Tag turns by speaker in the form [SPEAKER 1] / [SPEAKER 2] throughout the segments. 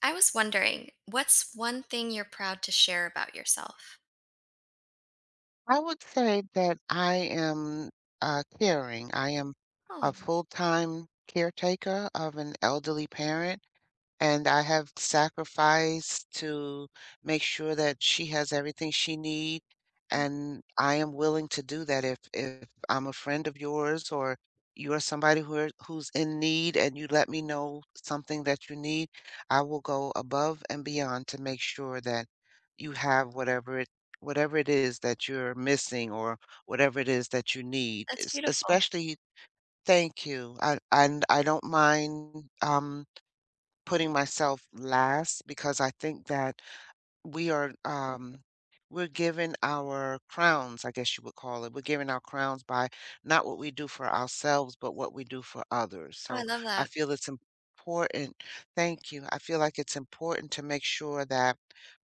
[SPEAKER 1] I was wondering, what's one thing you're proud to share about yourself?
[SPEAKER 2] I would say that I am caring. I am a
[SPEAKER 1] Oh,
[SPEAKER 2] full-time caretaker of an elderly parent and I have sacrificed to make sure that she has everything she needs,
[SPEAKER 1] wow,
[SPEAKER 2] and I am willing to do that if I'm a friend of yours or you're somebody who's in need and you let me know something that you need, I will go above and beyond to make sure that you have whatever it is that you're missing or whatever it is that you need.
[SPEAKER 1] that's beautiful.
[SPEAKER 2] Especially thank you. I don't mind putting myself last because I think that we are um we're given our crowns, I guess you would call it. We're given our crowns by not what we do for ourselves, but what we do for others.
[SPEAKER 1] Oh, I
[SPEAKER 2] So
[SPEAKER 1] love
[SPEAKER 2] I
[SPEAKER 1] that.
[SPEAKER 2] feel it's important. Thank you. I feel like it's important to make sure that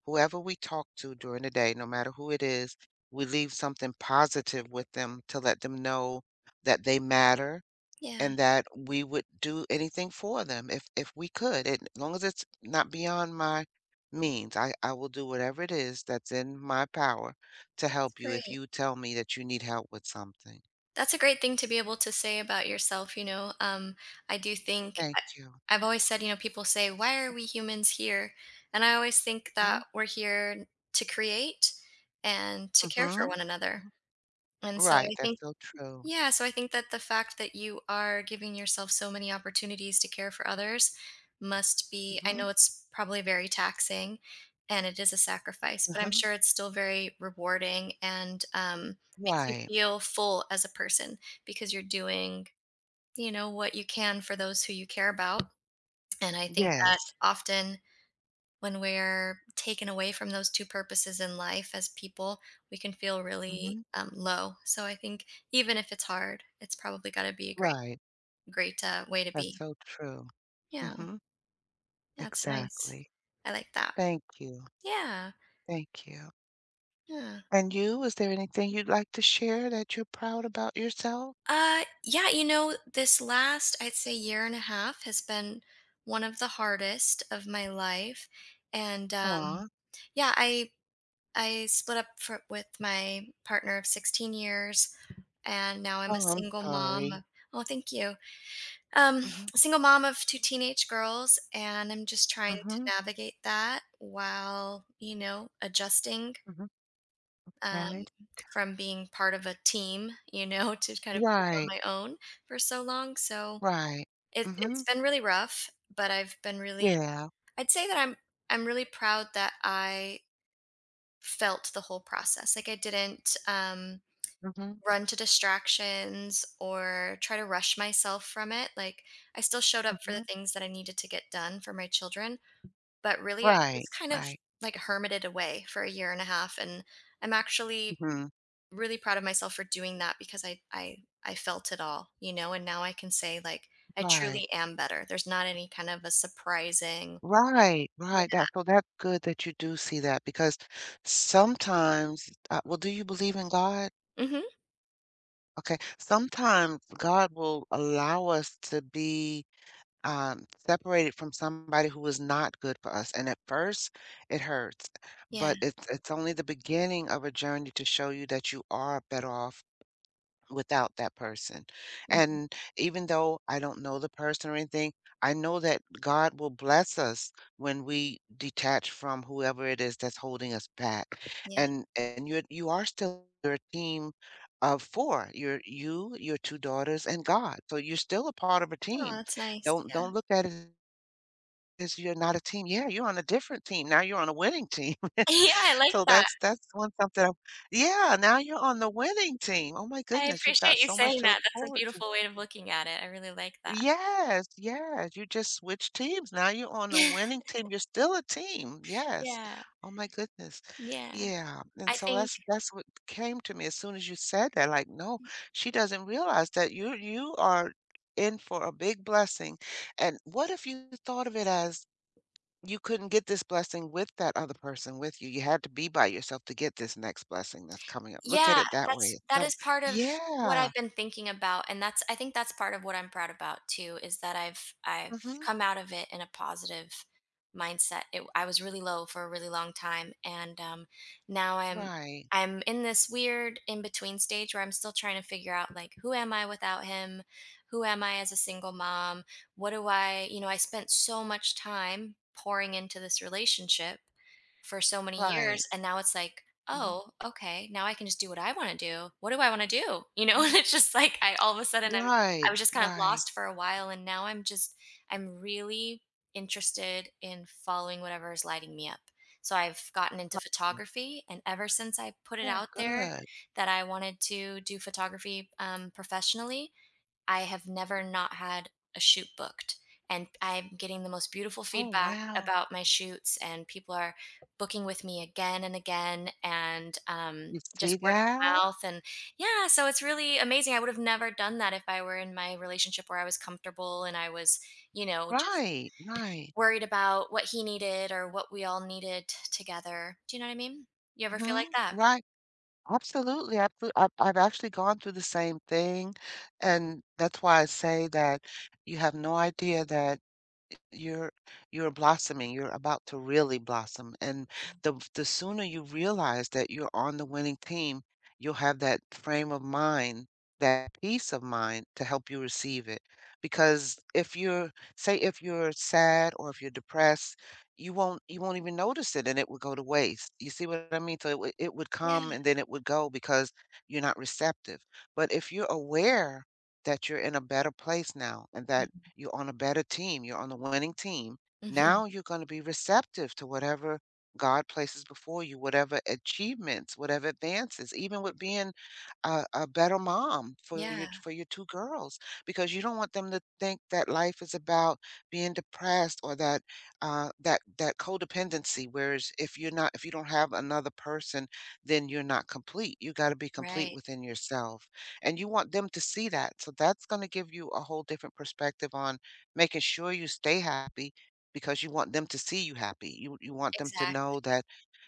[SPEAKER 2] whoever we talk to during the day, no matter who it is, we leave something positive with them to let them know that they matter
[SPEAKER 1] Yeah,
[SPEAKER 2] and that we would do anything for them if we could. And as long as it's not beyond my means, I will do whatever it is that's in my power to
[SPEAKER 1] that's
[SPEAKER 2] help you if
[SPEAKER 1] great.
[SPEAKER 2] you tell me that you need help with something.
[SPEAKER 1] That's a great thing to be able to say about yourself, you know. I do think
[SPEAKER 2] Thank you.
[SPEAKER 1] I've always said, you know, people say, "Why are we humans here?" And I always think
[SPEAKER 2] Mhm.
[SPEAKER 1] that we're here to create and to care for
[SPEAKER 2] Mhm.
[SPEAKER 1] one another.
[SPEAKER 2] Mhm.
[SPEAKER 1] And so
[SPEAKER 2] Right.
[SPEAKER 1] I
[SPEAKER 2] That's
[SPEAKER 1] think
[SPEAKER 2] so true.
[SPEAKER 1] yeah, so I think that the fact that you are giving yourself so many opportunities to care for others must be, I know
[SPEAKER 2] Mhm.
[SPEAKER 1] it's probably very taxing and it is a sacrifice, but I'm
[SPEAKER 2] Uh-huh.
[SPEAKER 1] sure it's still very rewarding and makes you
[SPEAKER 2] Right.
[SPEAKER 1] feel full as a person because you're doing, you know, what you can for those who you care about. And I think that
[SPEAKER 2] Yes.
[SPEAKER 1] often when we're taken away from those two purposes in life as people, we can feel really
[SPEAKER 2] Mhm.
[SPEAKER 1] low. So I think even if it's hard, it's probably got to be a great,
[SPEAKER 2] Right.
[SPEAKER 1] great way to
[SPEAKER 2] That's
[SPEAKER 1] be.
[SPEAKER 2] so true.
[SPEAKER 1] Yeah,
[SPEAKER 2] Mhm.
[SPEAKER 1] that's nice.
[SPEAKER 2] Exactly.
[SPEAKER 1] I like that.
[SPEAKER 2] Thank you.
[SPEAKER 1] Yeah,
[SPEAKER 2] Thank you.
[SPEAKER 1] yeah.
[SPEAKER 2] And you, is there anything you'd like to share that you're proud about yourself?
[SPEAKER 1] Yeah, you know, this last, I'd say, year and a half has been one of the hardest of my life, and
[SPEAKER 2] Aw,
[SPEAKER 1] yeah, I split up for, with my partner of 16 years and now I'm a
[SPEAKER 2] oh, I'm
[SPEAKER 1] single mom
[SPEAKER 2] sorry.
[SPEAKER 1] of oh, thank you. Um,
[SPEAKER 2] Mhm,
[SPEAKER 1] a single mom of two teenage girls, and I'm just trying to
[SPEAKER 2] mhm,
[SPEAKER 1] navigate that while, you know, adjusting
[SPEAKER 2] mhm.
[SPEAKER 1] um,
[SPEAKER 2] Right?
[SPEAKER 1] from being part of a team, you know, to kind of being on
[SPEAKER 2] Right,
[SPEAKER 1] my own for so long. So
[SPEAKER 2] right.
[SPEAKER 1] it's
[SPEAKER 2] Mhm,
[SPEAKER 1] been really rough, but I've been really,
[SPEAKER 2] yeah.
[SPEAKER 1] I'd say that I'm, I'm really proud that I felt the whole process. Like I didn't,
[SPEAKER 2] Mhm,
[SPEAKER 1] run to distractions or try to rush myself from it. Like, I still showed up for the
[SPEAKER 2] mhm.
[SPEAKER 1] things that I needed to get done for my children, but really, I just
[SPEAKER 2] Right,
[SPEAKER 1] kind of
[SPEAKER 2] right.
[SPEAKER 1] like hermited away for a year and a half. And I'm actually
[SPEAKER 2] Mhm,
[SPEAKER 1] really proud of myself for doing that because I felt it all, you know, and now I can say, like, I
[SPEAKER 2] right.
[SPEAKER 1] truly am better. There's not any kind of a surprising,
[SPEAKER 2] Right, right, that so that's good that you do see that because sometimes well, do you believe in God?
[SPEAKER 1] yeah. Hmm.
[SPEAKER 2] Okay, sometimes God will allow us to be separated from somebody who is not good for us. And at first, it hurts,
[SPEAKER 1] Yeah.
[SPEAKER 2] but it's only the beginning of a journey to show you that you are better off without that person.
[SPEAKER 1] Hmm.
[SPEAKER 2] And even though I don't know the person or anything, I know that God will bless us when we detach from whoever it is that's holding us back.
[SPEAKER 1] Yeah.
[SPEAKER 2] And you are still your team of four. You're you, your two daughters, and God. So you're still a part of a
[SPEAKER 1] Oh,
[SPEAKER 2] team.
[SPEAKER 1] that's nice.
[SPEAKER 2] Don't
[SPEAKER 1] Yeah.
[SPEAKER 2] don't look at it as you're not a team. Yeah, you're on a different team. Now you're on a winning team.
[SPEAKER 1] Yeah. I like
[SPEAKER 2] So
[SPEAKER 1] that.
[SPEAKER 2] that's one something I'm, yeah, now you're on the winning team. Oh my
[SPEAKER 1] I
[SPEAKER 2] goodness, you've
[SPEAKER 1] appreciate
[SPEAKER 2] got
[SPEAKER 1] you
[SPEAKER 2] so much
[SPEAKER 1] saying
[SPEAKER 2] to look
[SPEAKER 1] that, that's a
[SPEAKER 2] forward to.
[SPEAKER 1] beautiful way of looking at it, I really like that.
[SPEAKER 2] Yes, yes, you just switched teams. Now you're on the winning team. You're still a team. Yes.
[SPEAKER 1] Yeah,
[SPEAKER 2] Oh my goodness.
[SPEAKER 1] yeah.
[SPEAKER 2] Yeah. And
[SPEAKER 1] I
[SPEAKER 2] so
[SPEAKER 1] think
[SPEAKER 2] that's what came to me as soon as you said that. Like, no, she doesn't realize that you are in for a big blessing. And what if you thought of it as you couldn't get this blessing with that other person with you? You had to be by yourself to get this next blessing that's coming up. Look at
[SPEAKER 1] yeah,
[SPEAKER 2] it that way.
[SPEAKER 1] that's
[SPEAKER 2] It's
[SPEAKER 1] that
[SPEAKER 2] some,
[SPEAKER 1] is part of what
[SPEAKER 2] yeah.
[SPEAKER 1] I've been thinking about, and that's I think that's part of what I'm proud about too, is that I've
[SPEAKER 2] Hmm.
[SPEAKER 1] come out of it in a positive mindset. It, I was really low for a really long time, and now
[SPEAKER 2] Right.
[SPEAKER 1] I'm in this weird in between stage where I'm still trying to figure out like who am I without him, who am I as a single mom, what do I you know I spent so much time pouring into this relationship for so many
[SPEAKER 2] Right.
[SPEAKER 1] years and now it's like
[SPEAKER 2] Hmm.
[SPEAKER 1] oh okay now I can just do what I want to do what do I want to do you know
[SPEAKER 2] Hmm.
[SPEAKER 1] and it's just like I all of a sudden I'm I
[SPEAKER 2] Right.
[SPEAKER 1] was just kind of
[SPEAKER 2] Right.
[SPEAKER 1] lost for a while and now I'm just I'm really interested in following whatever is lighting me up so I've gotten into
[SPEAKER 2] Right.
[SPEAKER 1] photography and ever since I put it
[SPEAKER 2] Oh,
[SPEAKER 1] out there
[SPEAKER 2] good.
[SPEAKER 1] that I wanted to do photography professionally I have never not had a shoot booked. And I'm getting the most beautiful
[SPEAKER 2] Oh,
[SPEAKER 1] feedback
[SPEAKER 2] wow.
[SPEAKER 1] about my shoots, and people are booking with me again and again, and
[SPEAKER 2] You
[SPEAKER 1] just
[SPEAKER 2] see
[SPEAKER 1] word of
[SPEAKER 2] that?
[SPEAKER 1] mouth. And yeah, so it's really amazing. I would have never done that if I were in my relationship where I was comfortable and I was, you know, just
[SPEAKER 2] Right. Right.
[SPEAKER 1] worried about what he needed or what we all needed together. Do you know what I mean? You ever feel
[SPEAKER 2] Hmm.
[SPEAKER 1] like that?
[SPEAKER 2] Right. Absolutely. Absolutely. I've actually gone through the same thing. And that's why I say that you have no idea that you're you're blossoming. You're about to really blossom. And the sooner you realize that you're on the winning team, you'll have that frame of mind, that peace of mind to help you receive it. Because if you're say if you're sad or if you're depressed, you won't even notice it and it would go to waste. You see what I mean? So it would come
[SPEAKER 1] Yeah.
[SPEAKER 2] and then it would go because you're not receptive. But if you're aware that you're in a better place now and that
[SPEAKER 1] Mhm.
[SPEAKER 2] you're on a better team, you're on the winning team.
[SPEAKER 1] Mhm.
[SPEAKER 2] Now you're going to be receptive to whatever God places before you, whatever achievements, whatever advances, even with being a better mom for your
[SPEAKER 1] Yeah.
[SPEAKER 2] for your two girls because you don't want them to think that life is about being depressed or that that codependency. Whereas if you don't have another person, then you're not complete. You got to be complete
[SPEAKER 1] Right.
[SPEAKER 2] within yourself and you want them to see that. So that's going to give you a whole different perspective on making sure you stay happy because you want them to see you happy. You want them to
[SPEAKER 1] Exactly.
[SPEAKER 2] know that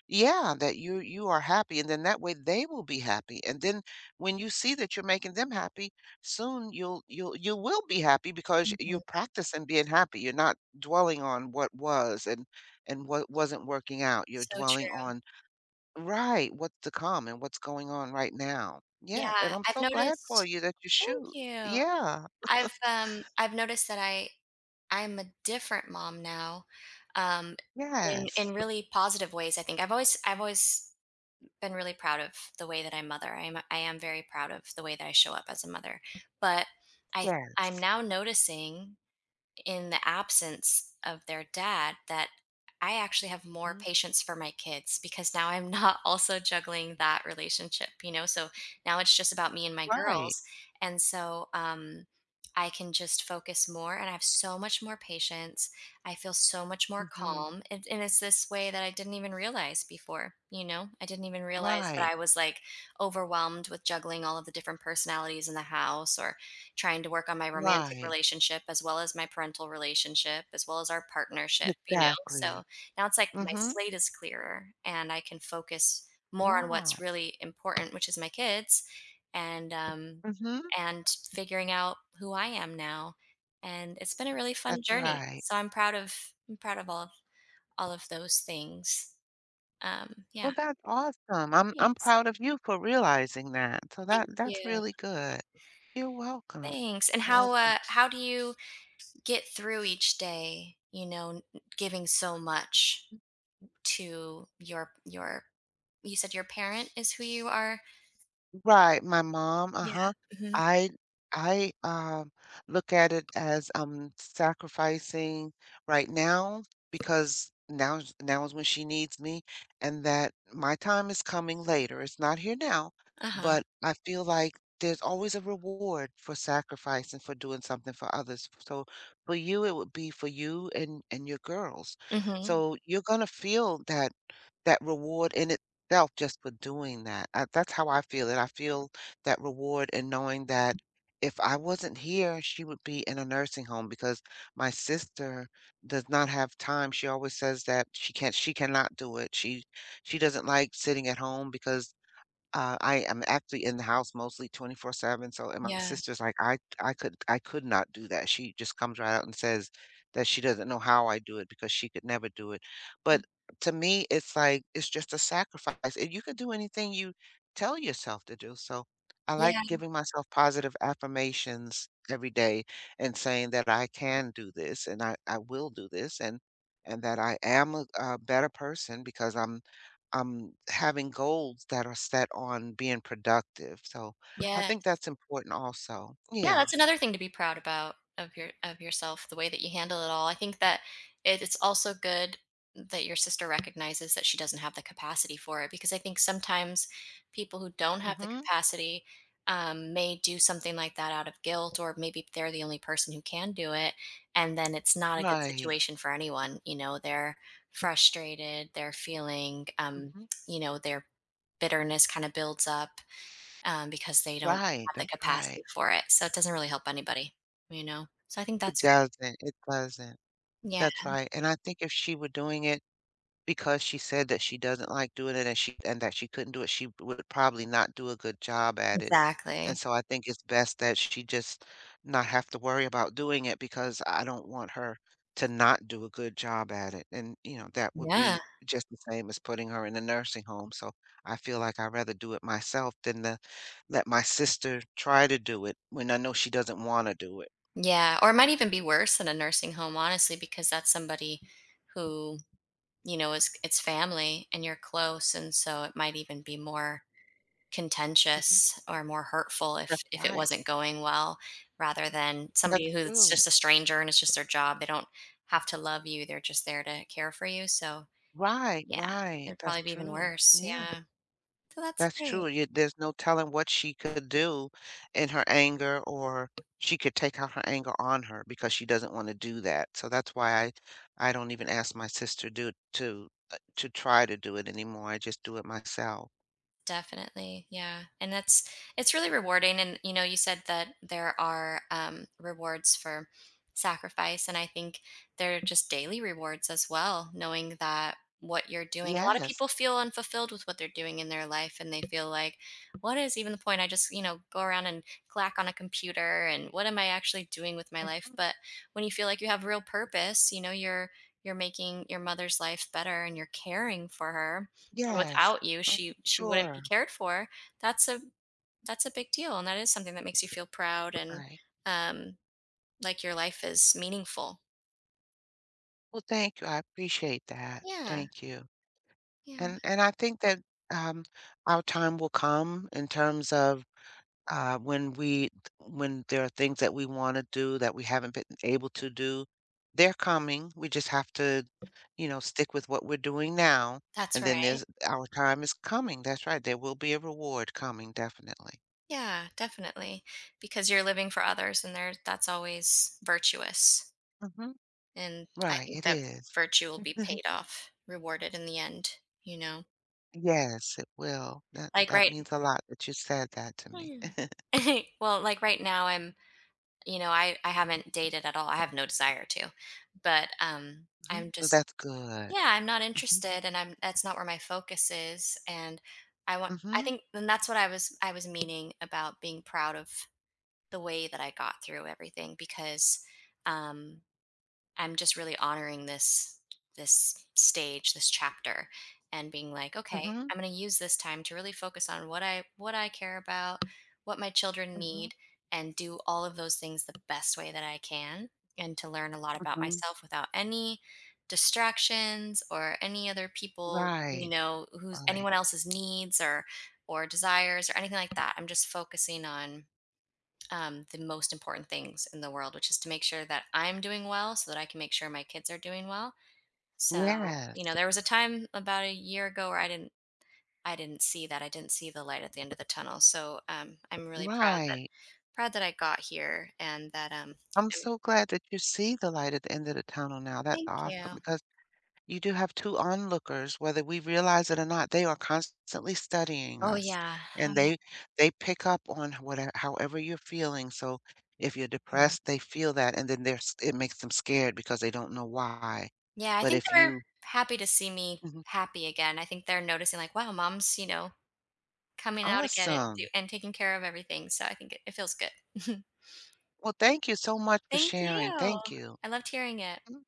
[SPEAKER 2] yeah, that you are happy and then that way they will be happy. And then when you see that you're making them happy, soon you will be happy because
[SPEAKER 1] Mhm.
[SPEAKER 2] you're practicing being happy. You're not dwelling on what was and what wasn't working out. You're
[SPEAKER 1] So
[SPEAKER 2] dwelling
[SPEAKER 1] true.
[SPEAKER 2] on. Right, what's to come and what's going on right now.
[SPEAKER 1] Yeah,
[SPEAKER 2] Yes, and I'm
[SPEAKER 1] I've
[SPEAKER 2] so glad for
[SPEAKER 1] noticed
[SPEAKER 2] you that you
[SPEAKER 1] thank
[SPEAKER 2] shoot.
[SPEAKER 1] you.
[SPEAKER 2] Yeah,
[SPEAKER 1] I've noticed that I'm a different mom now, um,
[SPEAKER 2] yes,
[SPEAKER 1] in really positive ways, I think. I've always been really proud of the way that I mother. I am very proud of the way that I show up as a mother, but I I'm
[SPEAKER 2] yes.
[SPEAKER 1] now noticing in the absence of their dad that I actually have more
[SPEAKER 2] Mhm.
[SPEAKER 1] patience for my kids because now I'm not also juggling that relationship, you know? So now it's just about me and my
[SPEAKER 2] Right,
[SPEAKER 1] girls. And so I can just focus more and I have so much more patience. I feel so much more
[SPEAKER 2] mhm,
[SPEAKER 1] calm. And it's this way that I didn't even realize before, you know? I didn't even realize that
[SPEAKER 2] right,
[SPEAKER 1] I was like overwhelmed with juggling all of the different personalities in the house or trying to work on my romantic
[SPEAKER 2] right,
[SPEAKER 1] relationship as well as my parental relationship, as well as our partnership, you know? So
[SPEAKER 2] exactly.
[SPEAKER 1] now it's like my
[SPEAKER 2] Mhm,
[SPEAKER 1] slate is clearer and I can focus more on
[SPEAKER 2] yeah,
[SPEAKER 1] what's really important, which is my kids and um
[SPEAKER 2] mhm,
[SPEAKER 1] and figuring out who I am now. And it's been a really fun
[SPEAKER 2] that's
[SPEAKER 1] journey.
[SPEAKER 2] right.
[SPEAKER 1] So I'm proud of I'm proud of all all of those things. Yeah.
[SPEAKER 2] Well, that's awesome. I'm
[SPEAKER 1] Thanks.
[SPEAKER 2] proud of you for realizing that, so that
[SPEAKER 1] Thank
[SPEAKER 2] that's
[SPEAKER 1] you.
[SPEAKER 2] really good. You're welcome.
[SPEAKER 1] Thanks. And how
[SPEAKER 2] Welcome.
[SPEAKER 1] uh how do you get through each day, you know, n- giving so much to your you said your parent is who you are?
[SPEAKER 2] Right, my mom,
[SPEAKER 1] Yeah.
[SPEAKER 2] uh-huh.
[SPEAKER 1] Mhm.
[SPEAKER 2] I I look at it as I'm sacrificing right now because now is when she needs me, and that my time is coming later. It's not here now,
[SPEAKER 1] Uh-huh.
[SPEAKER 2] but I feel like there's always a reward for sacrifice and for doing something for others. So, for you, it would be for you and your girls.
[SPEAKER 1] Mhm.
[SPEAKER 2] So, you're gonna feel that reward in self just for doing that. I, that's how I feel it. I feel that reward in knowing that if I wasn't here, she would be in a nursing home because my sister does not have time. She always says that she cannot do it. She doesn't like sitting at home because I am actually in the house mostly 24/7, so and my
[SPEAKER 1] Yeah.
[SPEAKER 2] sister's like, "I could not do that." She just comes right out and says that she doesn't know how I do it because she could never do it.
[SPEAKER 1] Yeah.
[SPEAKER 2] But to me, it's like it's just a sacrifice, and you could do anything you tell yourself to do. So I
[SPEAKER 1] Yeah.
[SPEAKER 2] like giving myself positive affirmations every day and saying that I can do this and I will do this and that I am a better person because I'm having goals that are set on being productive. So I
[SPEAKER 1] Yeah.
[SPEAKER 2] think that's important also.
[SPEAKER 1] Yeah,
[SPEAKER 2] Yeah.
[SPEAKER 1] that's another thing to be proud about of your of yourself, the way that you handle it all. I think that it's also good that your sister recognizes that she doesn't have the capacity for it because I think sometimes people who don't have the
[SPEAKER 2] Hmm.
[SPEAKER 1] capacity may do something like that out of guilt or maybe they're the only person who can do it and then it's not a good
[SPEAKER 2] Right.
[SPEAKER 1] situation for anyone you know they're frustrated they're feeling
[SPEAKER 2] Hmm.
[SPEAKER 1] you know their bitterness kind of builds up because they don't
[SPEAKER 2] Right.
[SPEAKER 1] have the
[SPEAKER 2] That's
[SPEAKER 1] capacity
[SPEAKER 2] right.
[SPEAKER 1] for it. So it doesn't really help anybody, you know? So I think
[SPEAKER 2] It
[SPEAKER 1] that's great.
[SPEAKER 2] doesn't. It doesn't.
[SPEAKER 1] Yeah,
[SPEAKER 2] That's right. And I think if she were doing it. Because she said that she doesn't like doing it and she and that she couldn't do it, she would probably not do a good job at it, and
[SPEAKER 1] exactly.
[SPEAKER 2] so I think it's best that she just not have to worry about doing it because I don't want her to not do a good job at it, and, you know, that would
[SPEAKER 1] Yeah.
[SPEAKER 2] be just the same as putting her in a nursing home, so I feel like I'd rather do it myself than to let my sister try to do it when I know she doesn't wanna do it.
[SPEAKER 1] Yeah. Or it might even be worse than a nursing home, honestly, because that's somebody who, you know, is it's family and you're close. And so it might even be more
[SPEAKER 2] Mhm.
[SPEAKER 1] contentious or more hurtful
[SPEAKER 2] That's
[SPEAKER 1] if it
[SPEAKER 2] right.
[SPEAKER 1] wasn't going well rather than
[SPEAKER 2] That's
[SPEAKER 1] somebody who's
[SPEAKER 2] true.
[SPEAKER 1] just a stranger and it's just their job. They don't have to love you. They're just there to care for you. So
[SPEAKER 2] Right,
[SPEAKER 1] yeah,
[SPEAKER 2] right.
[SPEAKER 1] it'd
[SPEAKER 2] That's
[SPEAKER 1] probably be even
[SPEAKER 2] true.
[SPEAKER 1] worse.
[SPEAKER 2] Yeah.
[SPEAKER 1] Yeah. So that's
[SPEAKER 2] That's
[SPEAKER 1] great.
[SPEAKER 2] true. You, there's no telling what she could do in her anger, or she could take out her anger on her because she doesn't want to do that. So that's why I don't even ask my sister do to try to do it anymore. I just do it myself.
[SPEAKER 1] Definitely. Yeah. And that's it's really rewarding and you know you said that there are rewards for sacrifice and I think there are just daily rewards as well knowing that what you're doing. A lot of
[SPEAKER 2] Yes.
[SPEAKER 1] people feel unfulfilled with what they're doing in their life and they feel like what is even the point? I just, you know, go around and clack on a computer and what am I actually doing with my life?
[SPEAKER 2] Mm.
[SPEAKER 1] But when you feel like you have real purpose, you know, you're making your mother's life better and you're caring for her done
[SPEAKER 2] Yes.
[SPEAKER 1] without you,
[SPEAKER 2] Mhm.
[SPEAKER 1] she wouldn't be
[SPEAKER 2] Sure.
[SPEAKER 1] cared for. That's a that's a big deal, and that is something that makes you feel proud and,
[SPEAKER 2] Right.
[SPEAKER 1] um, like your life is meaningful.
[SPEAKER 2] Well, thank you. I appreciate that.
[SPEAKER 1] Yeah,
[SPEAKER 2] Thank you.
[SPEAKER 1] yeah.
[SPEAKER 2] And I think that um, our time will come in terms of uh, when we when there are things that we want to do that we haven't been able to do. They're coming. We just have to stick with what we're doing now,
[SPEAKER 1] That's
[SPEAKER 2] and then
[SPEAKER 1] right.
[SPEAKER 2] there's our time is coming. That's right. There will be a reward coming, definitely.
[SPEAKER 1] Yeah, definitely, because you're living for others and there that's always virtuous,
[SPEAKER 2] Hmm.
[SPEAKER 1] and I
[SPEAKER 2] Right,
[SPEAKER 1] think
[SPEAKER 2] it
[SPEAKER 1] that
[SPEAKER 2] is.
[SPEAKER 1] virtue will be paid off, rewarded in the end, you know?
[SPEAKER 2] Yes, it will. that
[SPEAKER 1] Like,
[SPEAKER 2] that
[SPEAKER 1] right
[SPEAKER 2] means a lot that you said that to me.
[SPEAKER 1] yeah. Well, like, right now, I'm you know, I haven't dated at all, I have no desire to, but,
[SPEAKER 2] Hmm.
[SPEAKER 1] I'm
[SPEAKER 2] So
[SPEAKER 1] just
[SPEAKER 2] that's good.
[SPEAKER 1] yeah I'm not
[SPEAKER 2] Hmm.
[SPEAKER 1] interested and I'm that's not where my focus is and I want I
[SPEAKER 2] Hmm.
[SPEAKER 1] think and that's what I was meaning about being proud of the way that I got through everything because um I'm just really honoring this stage, this chapter and being like, okay,
[SPEAKER 2] Hmm.
[SPEAKER 1] I'm going to use this time to really focus on what I care about, what my children
[SPEAKER 2] Hmm.
[SPEAKER 1] need and do all of those things the best way that I can and to learn a lot about
[SPEAKER 2] Hmm.
[SPEAKER 1] myself without any distractions or any other people, you
[SPEAKER 2] Right.
[SPEAKER 1] know, who's
[SPEAKER 2] Right.
[SPEAKER 1] anyone else's needs or desires or anything like that. I'm just focusing on the most important things in the world, which is to make sure that I'm doing well so that I can make sure my kids are doing well. So,
[SPEAKER 2] Yes.
[SPEAKER 1] you know, there was a time about a year ago where I didn't see that. I didn't see the light at the end of the tunnel. So I'm really
[SPEAKER 2] Right.
[SPEAKER 1] proud that I got here and that
[SPEAKER 2] I'm
[SPEAKER 1] I'm,
[SPEAKER 2] so glad that you see the light at the end of the tunnel now. That's
[SPEAKER 1] thank
[SPEAKER 2] awesome
[SPEAKER 1] you.
[SPEAKER 2] because you do have two onlookers, whether we realize it or not, they are constantly studying
[SPEAKER 1] Oh
[SPEAKER 2] us,
[SPEAKER 1] yeah. Oh
[SPEAKER 2] and
[SPEAKER 1] yeah.
[SPEAKER 2] they pick up on whatever, however you're feeling, so if you're
[SPEAKER 1] Mhm.
[SPEAKER 2] depressed, they feel that, and then they're s it makes them scared because they don't know why.
[SPEAKER 1] Yeah, I
[SPEAKER 2] But
[SPEAKER 1] think
[SPEAKER 2] if
[SPEAKER 1] they're
[SPEAKER 2] you.
[SPEAKER 1] happy to see me
[SPEAKER 2] Mhm.
[SPEAKER 1] happy again. I think they're noticing like, wow, mom's, you know, coming out again and do,
[SPEAKER 2] Awesome.
[SPEAKER 1] and taking care of everything. So I think it feels good.
[SPEAKER 2] Well, thank you so much for
[SPEAKER 1] Thank
[SPEAKER 2] sharing.
[SPEAKER 1] you.
[SPEAKER 2] Thank you.
[SPEAKER 1] I loved hearing it.
[SPEAKER 2] Mm.